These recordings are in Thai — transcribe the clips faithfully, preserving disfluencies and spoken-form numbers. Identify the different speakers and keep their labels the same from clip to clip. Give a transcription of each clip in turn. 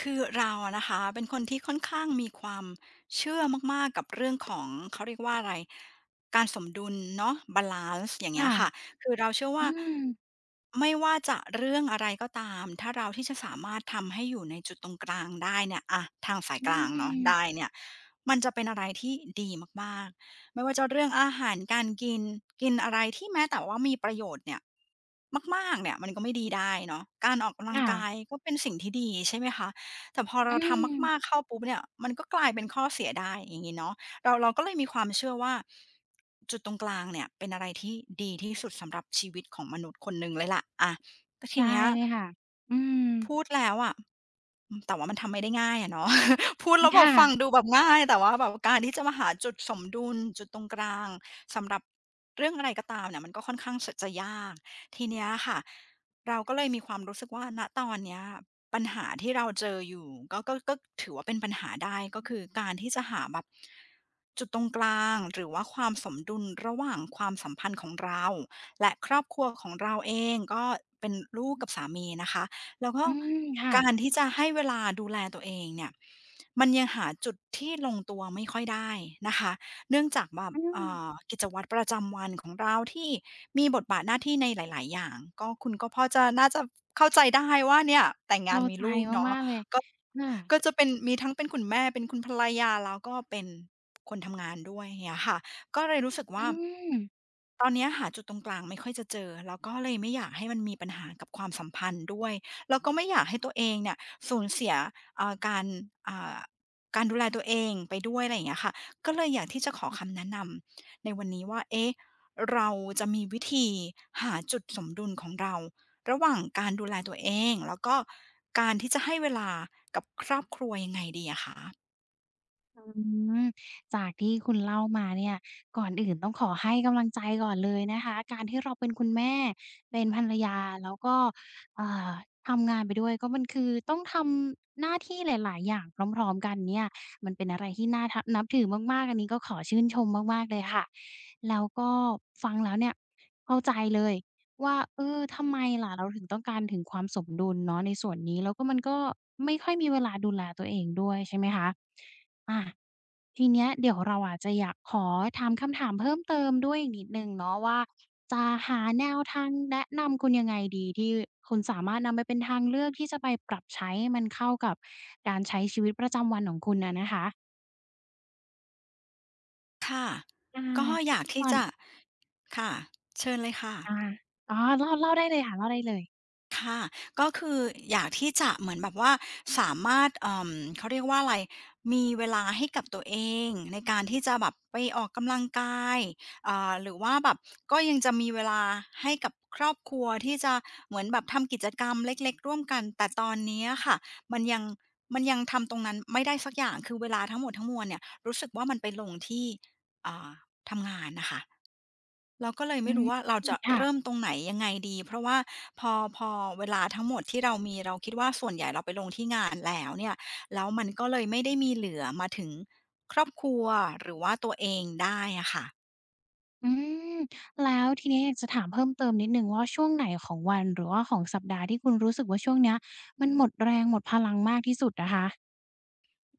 Speaker 1: คือเราอะนะคะเป็นคนที่ค่อนข้างมีความเชื่อมากๆกับเรื่องของเขาเรียกว่าอะไรการสมดุลเนาะบาลันซ์อย่างเงี้
Speaker 2: ค่ะ
Speaker 1: ยค่ะคือเราเชื่อ
Speaker 2: อื
Speaker 1: ว่า
Speaker 2: ม
Speaker 1: ไม่ว่าจะเรื่องอะไรก็ตามถ้าเราที่จะสามารถทำให้อยู่ในจุดตรงกลางได้เนี่ยอะทางสาย
Speaker 2: อื
Speaker 1: กลางเนาะได้
Speaker 2: ม
Speaker 1: เนี่ยมันจะเป็นอะไรที่ดีมากๆไม่ว่าจะเรื่องอาหารการกินกินอะไรที่แม้แต่ว่ามีประโยชน์เนี่ยมากๆเนี่ยมันก็ไม่ดีได้เนาะการออกกำลัง
Speaker 2: ค่ะ
Speaker 1: กายก็เป็นสิ่งที่ดีใช่ไหมคะ แต่พอ
Speaker 2: อื
Speaker 1: เราทำมากๆ
Speaker 2: ม
Speaker 1: เข้าปุ๊บเนี่ยมันก็กลายเป็นข้อเสียได้อย่างงี้เนาะเราเราก็เลยมีความเชื่อว่าจุดตรงกลางเนี่ยเป็นอะไรที่ดีที่สุดสำหรับชีวิตของมนุษย์คนหนึ่งเลยล่ะอาแต่ที
Speaker 2: ได้
Speaker 1: เนี้ย
Speaker 2: เลยค่ะ อืม
Speaker 1: พูดแล้วอะอืมแต่ว่ามันทำไม่ได้ง่ายอะเนาะ พูดแล้วแบบฟัง
Speaker 2: ค่ะ
Speaker 1: ดูแบบง่ายแต่ว่าแบบการที่จะมาหาจุดสมดุลจุดตรงกลางสำหรับเรื่องอะไรก็ตามเนี่ยมันก็ค่อนข้างจะยากทีเนี้ยค่ะเราก็เลยมีความรู้สึกว่าณตอนเนี้ยปัญหาที่เราเจออยู่ก็ก็ก็ถือว่าเป็นปัญหาได้ก็คือการที่จะหาแบบจุดตรงกลางหรือว่าความสมดุลระหว่างความสัมพันธ์ของเราและครอบครัวของเราเองก็เป็นลูกกับสามีนะคะ แล้วก็
Speaker 2: อืมค่ะ
Speaker 1: การที่จะให้เวลาดูแลตัวเองเนี่ยมันยังหาจุดที่ลงตัวไม่ค่อยได้นะคะเนื่องจากแบบ
Speaker 2: อืม
Speaker 1: เอ่ากิจวัตรประจำวันของเราที่มีบทบาทหน้าที่ในหลาย ๆ อย่างก็คุณก็พอจะน่าจะเข้าใจได้ว่าเนี่ยแต่งงาน
Speaker 2: เข้า
Speaker 1: มี
Speaker 2: ใจ
Speaker 1: ลูกเนาะ
Speaker 2: มากๆเลย
Speaker 1: ก็
Speaker 2: ค่ะ
Speaker 1: ก็จะเป็นมีทั้งเป็นคุณแม่เป็นคุณภรรยาแล้วก็เป็นคนทำงานด้วยอเนียค่ะก็เลยรู้สึก
Speaker 2: อื
Speaker 1: ว่า
Speaker 2: ม
Speaker 1: ตอนเนี้ยหาจุดตรงกลางไม่ค่อยจะเจอแล้วก็เลยไม่อยากให้มันมีปัญหากับความสัมพันธ์ด้วย แล้วก็ไม่อยากให้ตัวเองเนี่ยสูญเสียเอ่อการอ่าการดูแลตัวเองไปด้วยอะไรอย่างเงี้ยค่ะก็เลยอยากที่จะขอคำแนะนำในวันนี้ว่าเอ๊ะเราจะมีวิธีหาจุดสมดุลของเราระหว่างการดูแลตัวเองแล้วก็การที่จะให้เวลากับครอบครัวยังไงดีอะคะ
Speaker 2: อืมจากที่คุณเล่ามาเนี่ยก่อนอื่นต้องขอให้กำลังใจก่อนเลยนะคะการที่เราเป็นคุณแม่เป็นภรรยาแล้วก็เอ่อทำงานไปด้วยก็มันคือต้องทำหน้าที่หลายๆอย่างพร้อมๆกันเนี่ยมันเป็นอะไรที่น่าทับนับถือมากๆอันนี้ก็ขอชื่นชมมากๆเลยค่ะแล้วก็ฟังแล้วเนี่ยเข้าใจเลยว่าเออทำไมล่ะเราถึงต้องการถึงความสมดุลเนาะในส่วนนี้แล้วก็มันก็ไม่ค่อยมีเวลาดูแลตัวเองด้วยใช่ไหมคะอา ทีเนี้ยเดี๋ยวเราอาจจะอยากขอถามคำถามเพิ่มเติมด้วยอีกนิดหนึ่งเนาะว่าจะหาแนวทางแนะนำคุณยังไงดีที่คุณสามารถนำไปเป็นทางเลือกที่จะไปปรับใช้ให้มันเข้ากับการใช้ชีวิตประจำวันของคุณอะนะคะ
Speaker 1: ค่ะ
Speaker 2: อ่า
Speaker 1: ก็อยาก
Speaker 2: ก่
Speaker 1: ที่
Speaker 2: อน
Speaker 1: จะค่ะเชิญเลยค่ะ
Speaker 2: อ่าอ๋อเล่าเล่าได้เลยค่ะเล่าได้เลย
Speaker 1: ค่ะก็คืออยากที่จะเหมือนแบบว่าสามารถเอ่อเขาเรียกว่าอะไรมีเวลาให้กับตัวเองในการที่จะแบบไปออกกำลังกายอ่าหรือว่าแบบก็ยังจะมีเวลาให้กับครอบครัวที่จะเหมือนแบบทำกิจกรรมเล็กๆร่วมกันแต่ตอนเนี้ยค่ะมันยังมันยังทำตรงนั้นไม่ได้สักอย่างคือเวลาทั้งหมดทั้งมวลเนี่ยรู้สึกว่ามันไปลงที่อ่าทำงานน่ะค่ะ เราก็เลย
Speaker 2: อื
Speaker 1: ไม่
Speaker 2: ม
Speaker 1: รู้ว่าเราจะ
Speaker 2: ค่ะ
Speaker 1: เริ่มตรงไหนยังไงดี เพราะว่าพอพอเวลาทั้งหมดที่เรามีเราคิดว่าส่วนใหญ่เราไปลงที่งานแล้วเนี่ยแล้วมันก็เลยไม่ได้มีเหลือมาถึงครอบครัวหรือว่าตัวเองได้อะค่ะ
Speaker 2: อืมแล้วทีเนี้ยอยากจะถามเพิ่มเติมนิดหนึ่งว่าช่วงไหนของวันหรือว่าของสัปดาห์ที่คุณรู้สึกว่าช่วงเนี้ยมันหมดแรงหมดพลังมากที่สุดอะคะ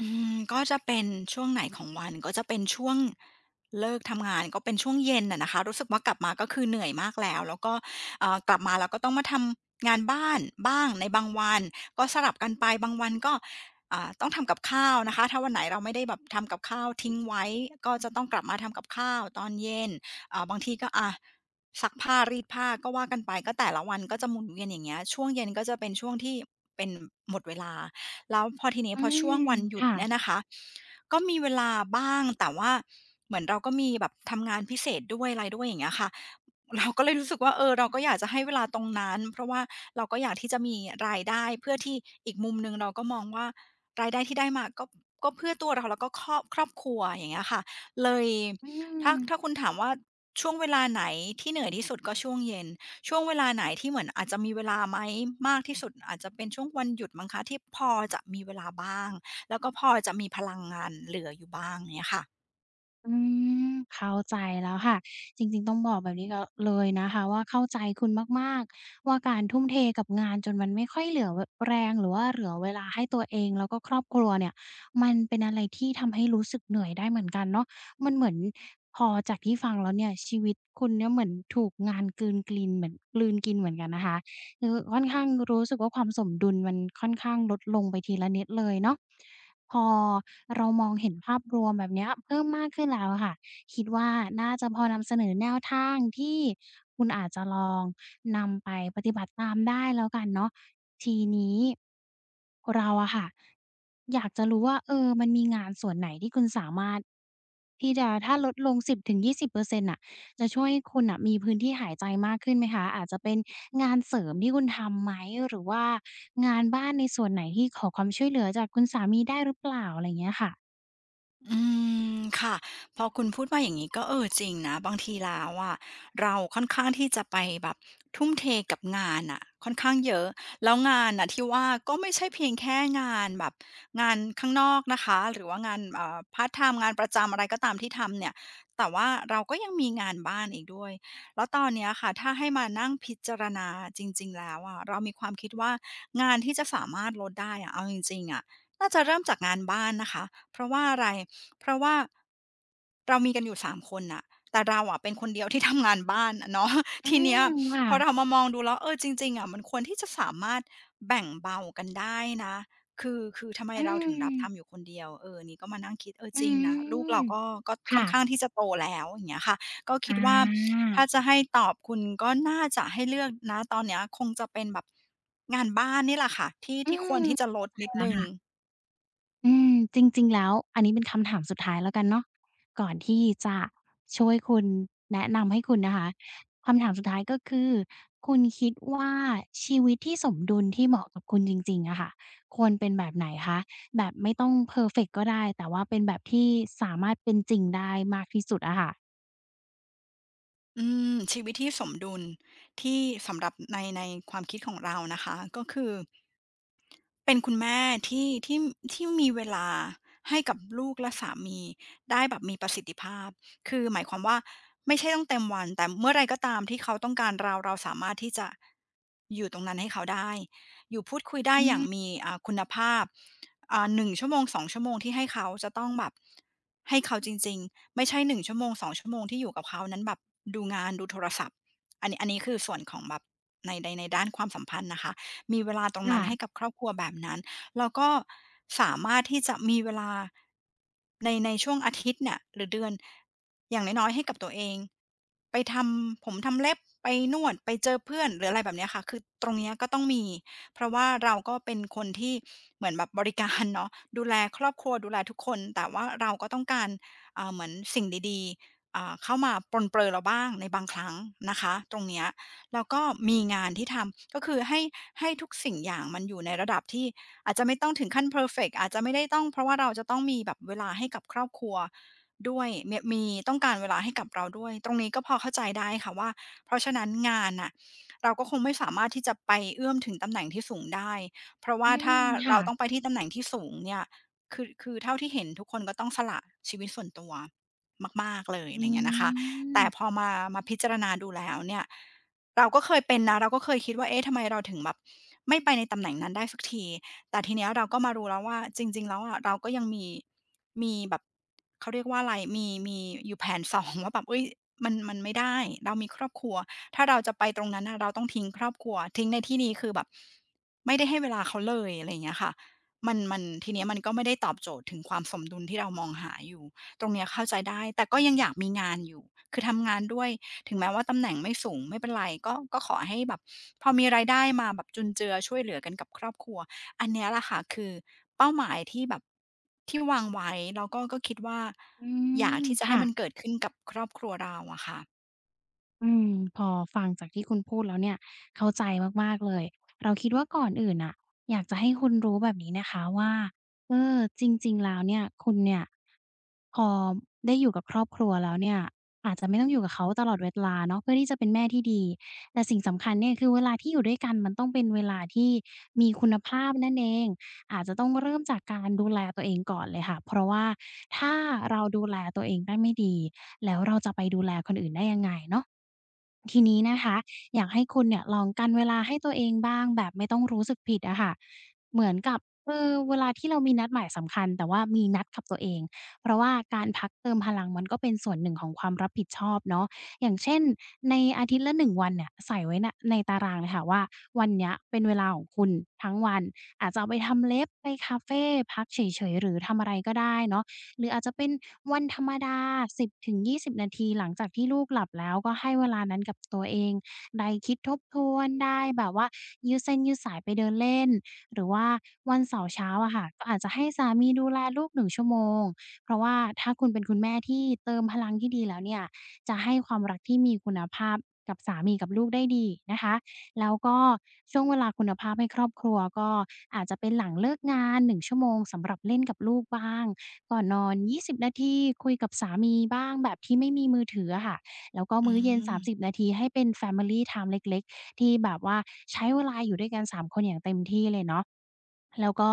Speaker 1: อืมก็จะเป็นช่วงไหนของวันก็จะเป็นช่วงเลิกทำงานก็เป็นช่วงเย็นอะนะคะรู้สึกว่ากลับมาก็คือเหนื่อยมากแล้วแล้วก็เอ่อกลับมาแล้วก็ต้องมาทำงานบ้านบ้างในบางวันก็สลับกันไปบางวันก็อ่าต้องทำกับข้าวนะคะถ้าวันไหนเราไม่ได้แบบทำกับข้าวทิ้งไว้ก็จะต้องกลับมาทำกับข้าวตอนเย็นอ่าบางทีก็อะซักผ้ารีดผ้าก็ว่ากันไปก็แต่ละวันก็จะหมุนเวียนอย่างเงี้ยช่วงเย็นก็จะเป็นช่วงที่เป็นหมดเวลา แล้วพอทีนี้
Speaker 2: อื
Speaker 1: พอ
Speaker 2: ม
Speaker 1: ช่วงวันหยุดเนี่ย
Speaker 2: ค่ะ
Speaker 1: นะคะก็มีเวลาบ้างแต่ว่าเหมือนเราก็มีแบบทำงานพิเศษด้วยอะไรด้วยอย่างเงี้ยค่ะเราก็เลยรู้สึกว่าเออเราก็อยากจะให้เวลาตรงนั้นเพราะว่าเราก็อยากที่จะมีรายได้เพื่อที่อีกมุมหนึ่งเราก็มองว่ารายได้ที่ได้มาก็ก็เพื่อตัวเราแล้วก็ครอบครอบครัวอย่างเงี้ยค่ะเลย
Speaker 2: อื
Speaker 1: ถ้าถ้า
Speaker 2: ม
Speaker 1: คุณถามว่าช่วงเวลาไหนที่เหนื่อยที่สุดก็ช่วงเย็น ช่วงเวลาไหนที่เหมือนอาจจะมีเวลาไหมมากที่สุดอาจจะเป็นช่วงวันหยุดมั้งคะที่พอจะมีเวลาบ้างแล้วก็พอจะมีพลังงานเหลืออยู่บ้างเงี้ยค่ะ
Speaker 2: อืมเข้าใจแล้วค่ะจริงๆต้องบอกแบบนี้ก็เลยนะคะว่าเข้าใจคุณมากๆว่าการทุ่มเทกับงานจนมันไม่ค่อยเหลือวแรงหรือว่าเหลือเวลาให้ตัวเองแล้วก็ครอบครัวเนี่ยมันเป็นอะไรที่ทำให้รู้สึกเหนื่อยได้เหมือนกันเนาะมันเหมือนพอจากที่ฟังแล้วเนี่ยชีวิตคุณเนี่ยเหมือนถูกงานกลืนกลินเหมือนกลืนกินเหมือนกันนะคะคือค่อนข้างรู้สึกว่าความสมดุลมันค่อนข้างลดลงไปทีละนิดเลยเนาะพอ เรามองเห็นภาพรวมแบบเนี้ยเพิ่มมากขึ้นแล้วอะค่ะคิดว่าน่าจะพอนำเสนอแนวทางที่คุณอาจจะลองนำไปปฏิบัติตามได้แล้วกันเนาะทีนี้เราอะค่ะอยากจะรู้ว่าเออมันมีงานส่วนไหนที่คุณสามารถที่จะถ้าลดลง10-ยี่สิบเปอร์เซ็นต์นต์น่ะ จะช่วยคุณน่ะมีพื้นที่หายใจมากขึ้นไหมคะ อาจจะเป็นงานเสริมที่คุณทำไหม หรือว่างานบ้านในส่วนไหนที่ขอความช่วยเหลือจากคุณสามีได้หรือเปล่าอะไรอย่างเงี้ยค่ะ
Speaker 1: อืมค่ะพอคุณพูดมาอย่างนี้ก็เออจริงนะบางทีแล้วอะเราค่อนข้างที่จะไปแบบทุ่มเทกับงานอ่ะค่อนข้างเยอะแล้วงานน่ะที่ว่าก็ไม่ใช่เพียงแค่งานแบบงานข้างนอกนะคะหรือว่างานเอ่อพาร์ทไทม์งานประจำอะไรก็ตามที่ทำเนี่ยแต่ว่าเราก็ยังมีงานบ้านอีกด้วยแล้วตอนเนี้ยค่ะถ้าให้มานั่งพิจารณาจริงๆแล้วอะเรามีความคิดว่างานที่จะสามารถลดได้อะเอาจริงๆอะน่าจะเริ่มจากงานบ้านนะคะเพราะว่าอะไร เพราะว่าเรามีกันอยู่สามคนน่ะแต่เราอะเป็นคนเดียวที่ ทำงานบ้านอะเนาะ
Speaker 2: อื
Speaker 1: ทีเนี้ย
Speaker 2: มค่ะ
Speaker 1: พอเรามามองดูแล้วเออจริงๆอะมันควรที่จะสามารถแบ่งเบากันได้นะคือคือทำไม
Speaker 2: อื
Speaker 1: เราถึงรับทำอยู่
Speaker 2: ม
Speaker 1: คนเดียวเออนี่ก็มานั่งคิดเออ
Speaker 2: อื
Speaker 1: จริงนะลูก
Speaker 2: ม
Speaker 1: เราก็ก็ค่อ
Speaker 2: ค่ะ
Speaker 1: นข้างที่จะโตแล้วอย่างเงี้ยค่ะก็
Speaker 2: อ
Speaker 1: คิดว่า
Speaker 2: า
Speaker 1: ถ้าจะให้ตอบคุณก็น่าจะให้เลือกณตอนเนี้ยคงจะเป็นแบบงานบ้านนี่แหละค่ะที่
Speaker 2: อื
Speaker 1: ที่ควร
Speaker 2: ม
Speaker 1: ที่จะลดนิดหนึ่ง
Speaker 2: อืมจริงๆแล้วอันนี้เป็นคำถามสุดท้ายแล้วกันเนาะก่อนที่จะช่วยคุณแนะนำให้คุณนะคะคำถามสุดท้ายก็คือคุณคิดว่าชีวิตที่สมดุลที่เหมาะกับคุณจริงๆอะค่ะควรเป็นแบบไหนคะแบบไม่ต้องเพอร์เฟกต์ก็ได้แต่ว่าเป็นแบบที่สามารถเป็นจริงได้มากที่สุดอะค่ะ
Speaker 1: อืมชีวิตที่สมดุลที่สำหรับในในความคิดของเรานะคะก็คือ เป็นคุณแม่ที่ที่ที่มีเวลาให้กับลูกและสามีได้แบบมีประสิทธิภาพ คือหมายความว่าไม่ใช่ต้องเต็มวันแต่เมื่อไรก็ตามที่เขาต้องการเราเราสามารถที่จะอยู่ตรงนั้นให้เขาได้อยู่พูดคุยได้
Speaker 2: อื
Speaker 1: อย่าง
Speaker 2: ม
Speaker 1: มีอ่าคุณภาพอ่าหนึ่งชั่วโมงสองชั่วโมงที่ให้เขาจะต้องแบบให้เขาจริงๆไม่ใช่หนึ่งชั่วโมงสองชั่วโมงที่อยู่กับเขานั้นแบบดูงานดูโทรศัพท์อันนี้อันนี้คือส่วนของแบบในในในด้านความสัมพันธ์นะคะ มีเวลาตรงนั้นให้
Speaker 2: ค่ะ
Speaker 1: กับครอบครัวแบบนั้นแล้วก็สามารถที่จะมีเวลาในในช่วงอาทิตย์เนี่ยหรือเดือนอย่างน้อยๆให้กับตัวเองไปทำผมทำเล็บไปนวดไปเจอเพื่อนหรืออะไรแบบเนี้ยค่ะคือตรงเนี้ยก็ต้องมีเพราะว่าเราก็เป็นคนที่เหมือนแบบบริการ เนาะดูแลครอบครัวดูแลทุกคนแต่ว่าเราก็ต้องการอ่าเหมือนสิ่งดีๆอ่าเข้ามาปรนเปรอเราบ้างในบางครั้งนะคะตรงเนี้ย แล้วก็มีงานที่ทำก็คือให้ให้ทุกสิ่งอย่างมันอยู่ในระดับที่อาจจะไม่ต้องถึงขั้นเพอร์เฟกต์อาจจะไม่ได้ต้องเพราะว่าเราจะต้องมีแบบเวลาให้กับครอบครัวด้วยเมียมีต้องการเวลาให้กับเราด้วยตรงนี้ก็พอเข้าใจได้ค่ะว่าเพราะฉะนั้นงานน่ะเราก็คงไม่สามารถที่จะไปเอื้อมถึงตำแหน่งที่สูงได้เพราะ
Speaker 2: อื
Speaker 1: ว่าถ้า
Speaker 2: มค่ะ
Speaker 1: เราต้องไปที่ตำแหน่งที่สูงเนี่ยคือคือเท่าที่เห็นทุกคนก็ต้องสละชีวิตส่วนตัวมากๆเลยอะ
Speaker 2: อื
Speaker 1: ไรอย่างเงี้ยนะคะแต่พอ
Speaker 2: ม
Speaker 1: มามาพิจารณาดูแล้วเนี่ย เราก็เคยเป็นนะเราก็เคยคิดว่าเอ๊ะทำไมเราถึงแบบไม่ไปในตำแหน่งนั้นได้สักทีแต่ทีเนี้ยเราก็มารู้แล้วว่าจริงๆแล้วอะเราก็ยังมีมีแบบเขาเรียกว่าอะไรมีมีอยู่แผนสอง ว่าแบบเฮ้ยมันมันไม่ได้เรามีครอบครัวถ้าเราจะไปตรงนั้นน่ะเราต้องทิ้งครอบครัวทิ้งในที่นี้คือแบบไม่ได้ให้เวลาเขาเลยอะไรอย่างเงี้ยค่ะมันมันทีเนี้ยมันก็ไม่ได้ตอบโจทย์ถึงความสมดุลที่เรามองหาอยู่ตรงเนี้ยเข้าใจได้แต่ก็ยังอยากมีงานอยู่คือทำงานด้วย ถึงแม้ว่าตำแหน่งไม่สูงไม่เป็นไรก็ก็ขอให้แบบพอมีรายได้มาแบบจุนเจือช่วยเหลือกันกับครอบครัวอันเนี้ยแหละค่ะคือเป้าหมายที่แบบที่วางไว้แล้วก็ก็คิดว่า
Speaker 2: อื
Speaker 1: อยาก
Speaker 2: ม
Speaker 1: ที่จะให้
Speaker 2: ค่ะ
Speaker 1: มันเกิดขึ้นกับครอบครัวเราอะค่ะ
Speaker 2: อืมพอฟังจากที่คุณพูดแล้วเนี่ยเข้าใจมากๆเลยเราคิดว่าก่อนอื่นน่ะอยากจะให้คุณรู้แบบนี้นะคะว่าเออจริงๆแล้วเนี่ยคุณเนี่ยพอได้อยู่กับครอบครัวแล้วเนี่ยอาจจะไม่ต้องอยู่กับเขาตลอดเวลาเนาะเพื่อที่จะเป็นแม่ที่ดีแต่สิ่งสำคัญเนี่ยคือเวลาที่อยู่ด้วยกันมันต้องเป็นเวลาที่มีคุณภาพนั่นเอง อาจจะต้องเริ่มจากการดูแลตัวเองก่อนเลยค่ะ เพราะว่าถ้าเราดูแลตัวเองได้ไม่ดีแล้วเราจะไปดูแลคนอื่นได้ยังไงเนาะทีนี้นะคะอยากให้คุณเนี่ยลองกันเวลาให้ตัวเองบ้างแบบไม่ต้องรู้สึกผิดอะค่ะเหมือนกับเออเวลาที่เรามีนัดหมายสำคัญแต่ว่ามีนัดกับตัวเองเพราะว่าการพักเติมพลังมันก็เป็นส่วนหนึ่งของความรับผิดชอบเนาะอย่างเช่นในอาทิตย์ละหนึ่งวันเนี่ยใส่ไว้นะในตารางเลยค่ะว่าวันเนี้ยเป็นเวลาของคุณทั้งวัน อาจจะเอาไปทำเล็บไปคาเฟพักเฉยๆหรือทำอะไรก็ได้เนาะหรืออาจจะเป็นวันธรรมดาสิบถึงยี่สิบนาทีหลังจากที่ลูกหลับแล้วก็ให้เวลานั้นกับตัวเองได้คิดทบทวนได้แบบว่ายืดเส้นยืดสายไปเดินเล่นหรือว่าวันเสาร์เช้าอะค่ะก็อาจจะให้สามีดูแลลูกหนึ่งชั่วโมงเพราะว่าถ้าคุณเป็นคุณแม่ที่เติมพลังที่ดีแล้วเนี่ยจะให้ความรักที่มีคุณภาพกับสามีกับลูกได้ดีนะคะ แล้วก็ช่วงเวลาคุณภาพให้ครอบครัวก็อาจจะเป็นหลังเลิกงานหนึ่งชั่วโมงสำหรับเล่นกับลูกบ้างก่อนนอนยี่สิบนาทีคุยกับสามีบ้างแบบที่ไม่มีมือถืออะค่ะแล้วก็
Speaker 1: อื
Speaker 2: มื้อเย็นสามสิบ
Speaker 1: ม
Speaker 2: นาทีให้เป็น Family Time เล็กๆที่แบบว่าใช้เวลาอยู่ด้วยกันสามคนอย่างเต็มที่เลยเนาะแล้วก็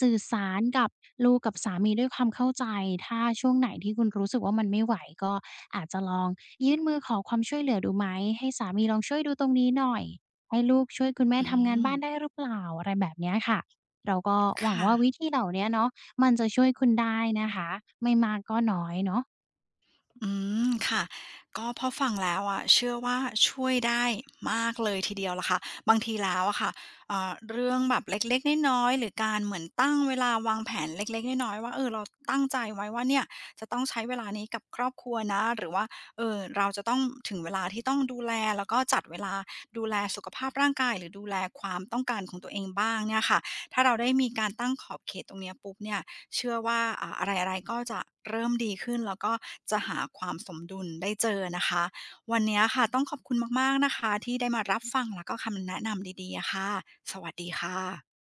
Speaker 2: สื่อสารกับลูกกับสามีด้วยความเข้าใจถ้าช่วงไหนที่คุณรู้สึกว่ามันไม่ไหวก็อาจจะลองยื่นมือขอความช่วยเหลือดูไหมให้สามีลองช่วยดูตรงนี้หน่อย ให้ลูกช่วยคุณแม่
Speaker 1: อื
Speaker 2: ทำงาน
Speaker 1: ม
Speaker 2: บ้านได้หรือเปล่าอะไรแบบเนี้ยค่ะเราก็หวัง
Speaker 1: ค่ะ
Speaker 2: ว่าวิธีเหล่าเนี้ยเนาะมันจะช่วยคุณได้นะคะไม่มากก็น้อยเนาะ
Speaker 1: อืมค่ะก็พอฟังแล้วอะเชื่อว่าช่วยได้มากเลยทีเดียวล่ะค่ะบางทีแล้วอะค่ะเอ่อเรื่องแบบเล็กๆน้อยๆหรือการเหมือนตั้งเวลาวางแผนเล็กๆน้อยๆว่าเออเราตั้งใจไว้ว่าเนี่ยจะต้องใช้เวลานี้กับครอบครัวนะหรือว่าเอ่อเราจะต้องถึงเวลาที่ต้องดูแลแล้วก็จัดเวลาดูแลสุขภาพร่างกายหรือดูแลความต้องการของตัวเองบ้างเนี่ยค่ะถ้าเราได้มีการตั้งขอบเขตตรงเนี้ยปุ๊บเนี่ย เชื่อว่าอ่าอะไรๆก็จะเริ่มดีขึ้นแล้วก็จะหาความสมดุลได้เจอนะคะวันนี้ค่ะต้องขอบคุณมากๆนะคะที่ได้มารับฟังแล้วก็คำแนะนำดีๆอะค่ะสวัสดีค่ะ